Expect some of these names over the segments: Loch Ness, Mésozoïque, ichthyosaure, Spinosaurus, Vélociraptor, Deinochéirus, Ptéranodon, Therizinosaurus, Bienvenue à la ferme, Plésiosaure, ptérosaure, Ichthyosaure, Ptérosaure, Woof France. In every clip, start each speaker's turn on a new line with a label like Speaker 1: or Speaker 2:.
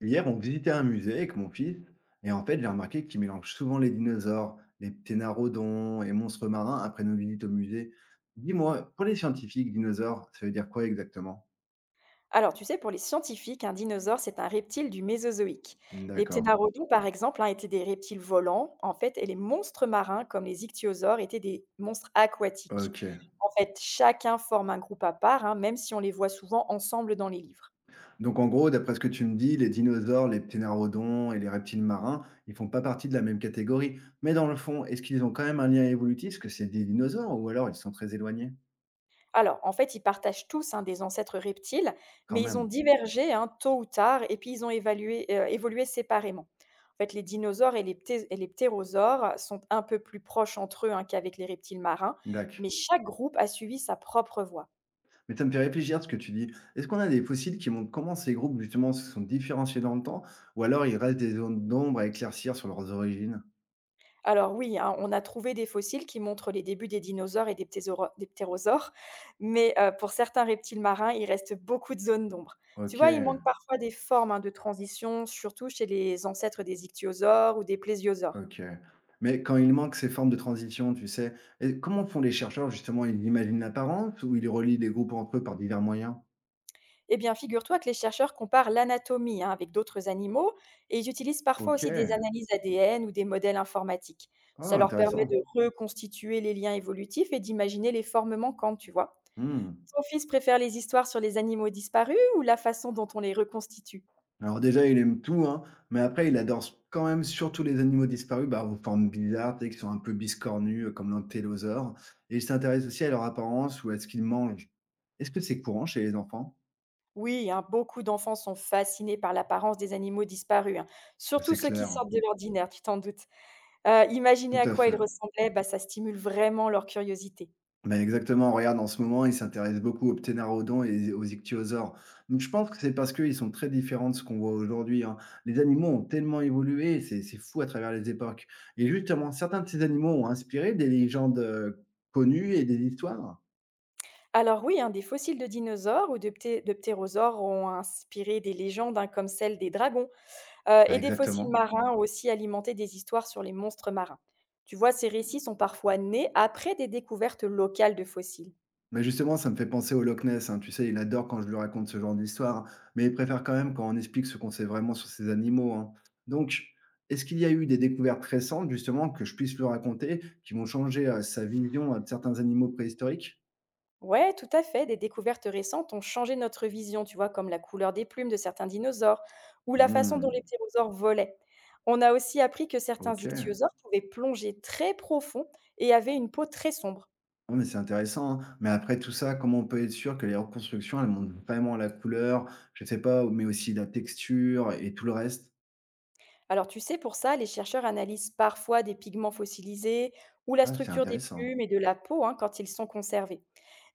Speaker 1: Hier, on visitait un musée avec mon fils, et en fait, j'ai remarqué qu'il mélange souvent les dinosaures, les pténarodons et monstres marins après nos visites au musée. Dis-moi, pour les scientifiques, dinosaures, ça veut dire quoi exactement?
Speaker 2: Alors, tu sais, pour les scientifiques, un dinosaure, c'est un reptile du Mésozoïque. Les
Speaker 1: D'accord.
Speaker 2: pténarodons, par exemple, hein, étaient des reptiles volants, en fait, et les monstres marins, comme les ichthyosaures, étaient des monstres aquatiques.
Speaker 1: Ok.
Speaker 2: En fait, chacun forme un groupe à part, hein, même si on les voit souvent ensemble dans les livres.
Speaker 1: Donc en gros, d'après ce que tu me dis, les dinosaures, les pténarodons et les reptiles marins, ils font pas partie de la même catégorie. Mais dans le fond, est-ce qu'ils ont quand même un lien évolutif, parce que c'est des dinosaures, ou alors ils sont très éloignés?
Speaker 2: Alors, en fait, ils partagent tous, hein, des ancêtres reptiles,
Speaker 1: Quand
Speaker 2: mais ils ont
Speaker 1: même.
Speaker 2: divergé, hein, tôt ou tard et puis ils ont évalué évolué séparément. En fait, les dinosaures et les ptérosaures sont un peu plus proches entre eux, hein, qu'avec les reptiles marins,
Speaker 1: D'accord.
Speaker 2: mais chaque groupe a suivi sa propre voie.
Speaker 1: Mais ça me fait réfléchir ce que tu dis. Est-ce qu'on a des fossiles qui montrent comment ces groupes justement se sont différenciés dans le temps ou alors il reste des zones d'ombre à éclaircir sur leurs origines?
Speaker 2: Alors oui, hein, on a trouvé des fossiles qui montrent les débuts des dinosaures et des ptérosaures, mais pour certains reptiles marins, il reste beaucoup de zones d'ombre. Tu
Speaker 1: OK,
Speaker 2: vois, il manque parfois des formes, hein, de transition, surtout chez les ancêtres des ichthyosaures ou des plésiosaures.
Speaker 1: OK. Mais quand il manque ces formes de transition, tu sais, et comment font les chercheurs justement? Ils imaginent l'apparence ou ils relient les groupes entre eux par divers moyens?
Speaker 2: Eh bien, figure-toi que les chercheurs comparent l'anatomie, hein, avec d'autres animaux et ils utilisent parfois
Speaker 1: OK.
Speaker 2: aussi des analyses ADN ou des modèles informatiques. Ça
Speaker 1: Ah,
Speaker 2: leur permet de
Speaker 1: intéressant.
Speaker 2: reconstituer les liens évolutifs et d'imaginer les formes manquantes, tu vois.
Speaker 1: Mmh.
Speaker 2: Ton fils préfère les histoires sur les animaux disparus ou la façon dont on les reconstitue?
Speaker 1: Alors déjà, il aime tout, hein, mais après, il adore s quand même surtout les animaux disparus, bah, aux formes bizarres, tu sais, qui sont un peu biscornues, comme l'antélosaure, et il s'intéresse aussi à leur apparence ou à ce qu'ils mangent. Est-ce que c'est courant chez les enfants?
Speaker 2: Oui, hein, beaucoup d'enfants sont fascinés par l'apparence des animaux disparus, hein,
Speaker 1: Bah,
Speaker 2: surtout
Speaker 1: c'est
Speaker 2: ceux qui
Speaker 1: clair,
Speaker 2: sortent de l'ordinaire, tu t'en doutes. Imaginer
Speaker 1: tout
Speaker 2: à
Speaker 1: à
Speaker 2: quoi ils
Speaker 1: fait.
Speaker 2: ressemblaient, bah, ça stimule vraiment leur curiosité.
Speaker 1: Bah, exactement, regarde, en ce moment, ils s'intéressent beaucoup aux pténarodons et aux ichthyosaures. Donc je pense que c'est parce qu'ils sont très différents de ce qu'on voit aujourd'hui, hein. Les animaux ont tellement évolué, c'est fou à travers les époques, et justement, certains de ces animaux ont inspiré des légendes, connues, et des histoires?
Speaker 2: Alors oui, hein, des fossiles de dinosaures ou de ptérosaures ont inspiré des légendes, hein, comme celle des dragons,
Speaker 1: Ah,
Speaker 2: et des fossiles
Speaker 1: exactement.
Speaker 2: marins ont aussi alimenté des histoires sur les monstres marins. Tu vois, ces récits sont parfois nés après des découvertes locales de fossiles.
Speaker 1: Mais justement, ça me fait penser au Loch Ness, hein. Tu sais, il adore quand je lui raconte ce genre d'histoire, mais il préfère quand même quand on explique ce qu'on sait vraiment sur ces animaux, hein. Donc, est-ce qu'il y a eu des découvertes récentes, justement, que je puisse lui raconter, qui vont changer, sa vision, de certains animaux préhistoriques?
Speaker 2: Ouais, tout à fait, des découvertes récentes ont changé notre vision, tu vois, comme la couleur des plumes de certains dinosaures ou la façon dont les
Speaker 1: Mmh.
Speaker 2: ptérosaures volaient. On a aussi appris que certains
Speaker 1: OK.
Speaker 2: ichthyosaures pouvaient plonger très profond et avaient une peau très sombre.
Speaker 1: Ah mais c'est intéressant, hein. Mais après tout ça, comment on peut être sûr que les reconstructions, elles montrent vraiment la couleur, je sais pas, mais aussi la texture et tout le reste?
Speaker 2: Alors tu sais, pour ça, les chercheurs analysent parfois des pigments fossilisés ou la
Speaker 1: Ah, c'est
Speaker 2: structure des
Speaker 1: intéressant.
Speaker 2: plumes et de la peau, hein, quand ils sont conservés.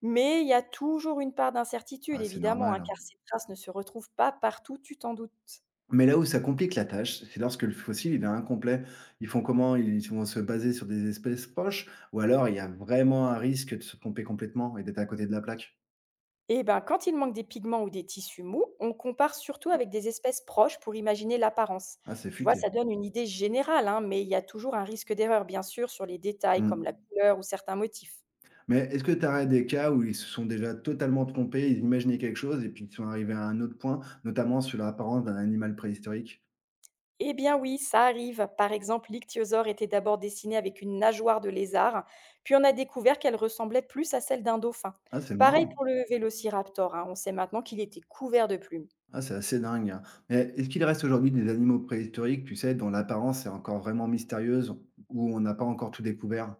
Speaker 2: Mais il y a toujours une part d'incertitude,
Speaker 1: Ah, c'est
Speaker 2: évidemment, hein,
Speaker 1: normal.
Speaker 2: car ces traces ne se retrouvent pas partout, tu t'en doutes.
Speaker 1: Mais là où ça complique la tâche, c'est lorsque le fossile, il est incomplet. Ils font comment? Ils vont se baser sur des espèces proches ou alors il y a vraiment un risque de se tromper complètement et d'être à côté de la plaque?
Speaker 2: Et ben, quand il manque des pigments ou des tissus mous, on compare surtout avec des espèces proches pour imaginer l'apparence.
Speaker 1: Ah, c'est
Speaker 2: Tu vois, ça
Speaker 1: futé.
Speaker 2: donne une idée générale, hein, mais il y a toujours un risque d'erreur, bien sûr, sur les détails comme la
Speaker 1: Mmh.
Speaker 2: couleur ou certains motifs.
Speaker 1: Mais est-ce que tu aurais des cas où ils se sont déjà totalement trompés, ils imaginaient quelque chose et puis ils sont arrivés à un autre point, notamment sur l'apparence d'un animal préhistorique?
Speaker 2: Eh bien oui, ça arrive. Par exemple, l'ichthyosaure était d'abord dessinée avec une nageoire de lézard, puis on a découvert qu'elle ressemblait plus à celle d'un dauphin.
Speaker 1: Ah, c'est
Speaker 2: Pareil
Speaker 1: marrant.
Speaker 2: pour le vélociraptor, hein, on sait maintenant qu'il était couvert de plumes.
Speaker 1: Ah, c'est assez dingue, hein. Mais est-ce qu'il reste aujourd'hui des animaux préhistoriques, tu sais, dont l'apparence est encore vraiment mystérieuse, où on n'a pas encore tout découvert?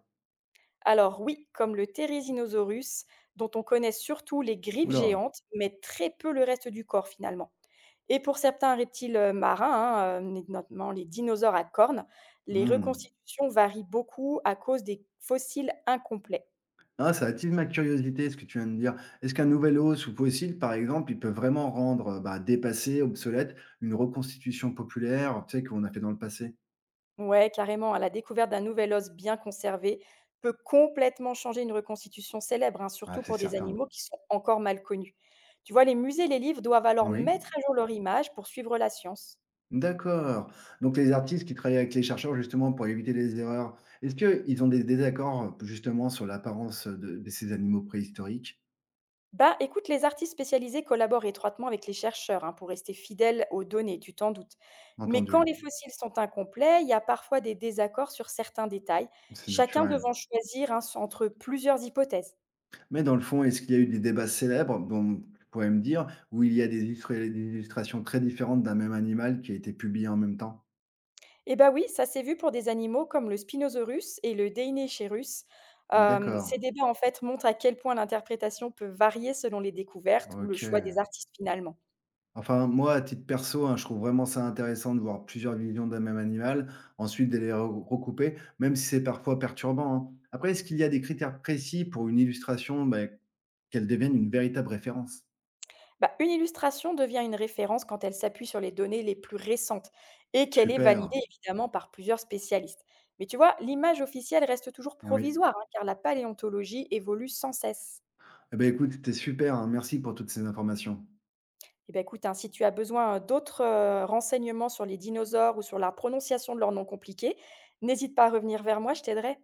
Speaker 2: Alors oui, comme le Therizinosaurus, dont on connaît surtout les griffes
Speaker 1: Oula là!
Speaker 2: géantes, mais très peu le reste du corps finalement. Et pour certains reptiles marins, hein, notamment les dinosaures à cornes, les
Speaker 1: Mmh.
Speaker 2: reconstitutions varient beaucoup à cause des fossiles incomplets.
Speaker 1: Ah, ça attise ma curiosité, ce que tu viens de dire. Est-ce qu'un nouvel os ou fossile, par exemple, il peut vraiment rendre bah, dépassée, obsolète, une reconstitution populaire, tu sais, qu'on a fait dans le passé?
Speaker 2: Ouais, carrément. À la découverte d'un nouvel os bien conservé peut complètement changer une reconstitution célèbre, hein,
Speaker 1: Ah,
Speaker 2: surtout
Speaker 1: c'est
Speaker 2: pour des
Speaker 1: certain.
Speaker 2: animaux qui sont encore mal connus. Tu vois, les musées et les livres doivent alors
Speaker 1: Oui.
Speaker 2: mettre à jour leur image pour suivre la science.
Speaker 1: D'accord. Donc les artistes qui travaillent avec les chercheurs justement pour éviter les erreurs, est-ce qu'ils ont des désaccords justement sur l'apparence de ces animaux préhistoriques?
Speaker 2: Bah écoute, les artistes spécialisés collaborent étroitement avec les chercheurs, hein, pour rester fidèles aux données, tu t'en doutes. Mais quand
Speaker 1: Entendu,
Speaker 2: les fossiles sont incomplets, il y a parfois des désaccords sur certains détails,
Speaker 1: c'est
Speaker 2: chacun
Speaker 1: naturel.
Speaker 2: devant choisir, hein, entre plusieurs hypothèses.
Speaker 1: Mais dans le fond, est-ce qu'il y a eu des débats célèbres dont tu pourrais me dire, où il y a des illustra des illustrations très différentes d'un même animal qui a été publié en même temps?
Speaker 2: Eh bah, oui, ça s'est vu pour des animaux comme le Spinosaurus et le Deinechérus. Hem,
Speaker 1: D'accord,
Speaker 2: ces débats, en fait, montrent à quel point l'interprétation peut varier selon les découvertes ou le
Speaker 1: OK.
Speaker 2: choix des artistes finalement.
Speaker 1: Enfin, moi, à titre perso, hein, je trouve vraiment ça intéressant de voir plusieurs visions d'un même animal, ensuite de les re recouper, même si c'est parfois perturbant, hein. Après, est-ce qu'il y a des critères précis pour une illustration, beh, qu'elle devienne une véritable référence?
Speaker 2: Bah, une illustration devient une référence quand elle s'appuie sur les données les plus récentes et qu'elle est validée
Speaker 1: Super,
Speaker 2: évidemment par plusieurs spécialistes. Mais tu vois, l'image officielle reste toujours
Speaker 1: eh oui.
Speaker 2: provisoire, hein, car la paléontologie évolue sans cesse.
Speaker 1: Eh ben, écoute, c'était super, hein, merci pour toutes ces informations.
Speaker 2: Eh ben écoute, hein, si tu as besoin d'autres renseignements sur les dinosaures ou sur la prononciation de leurs noms compliqués, n'hésite pas à revenir vers moi, je t'aiderai.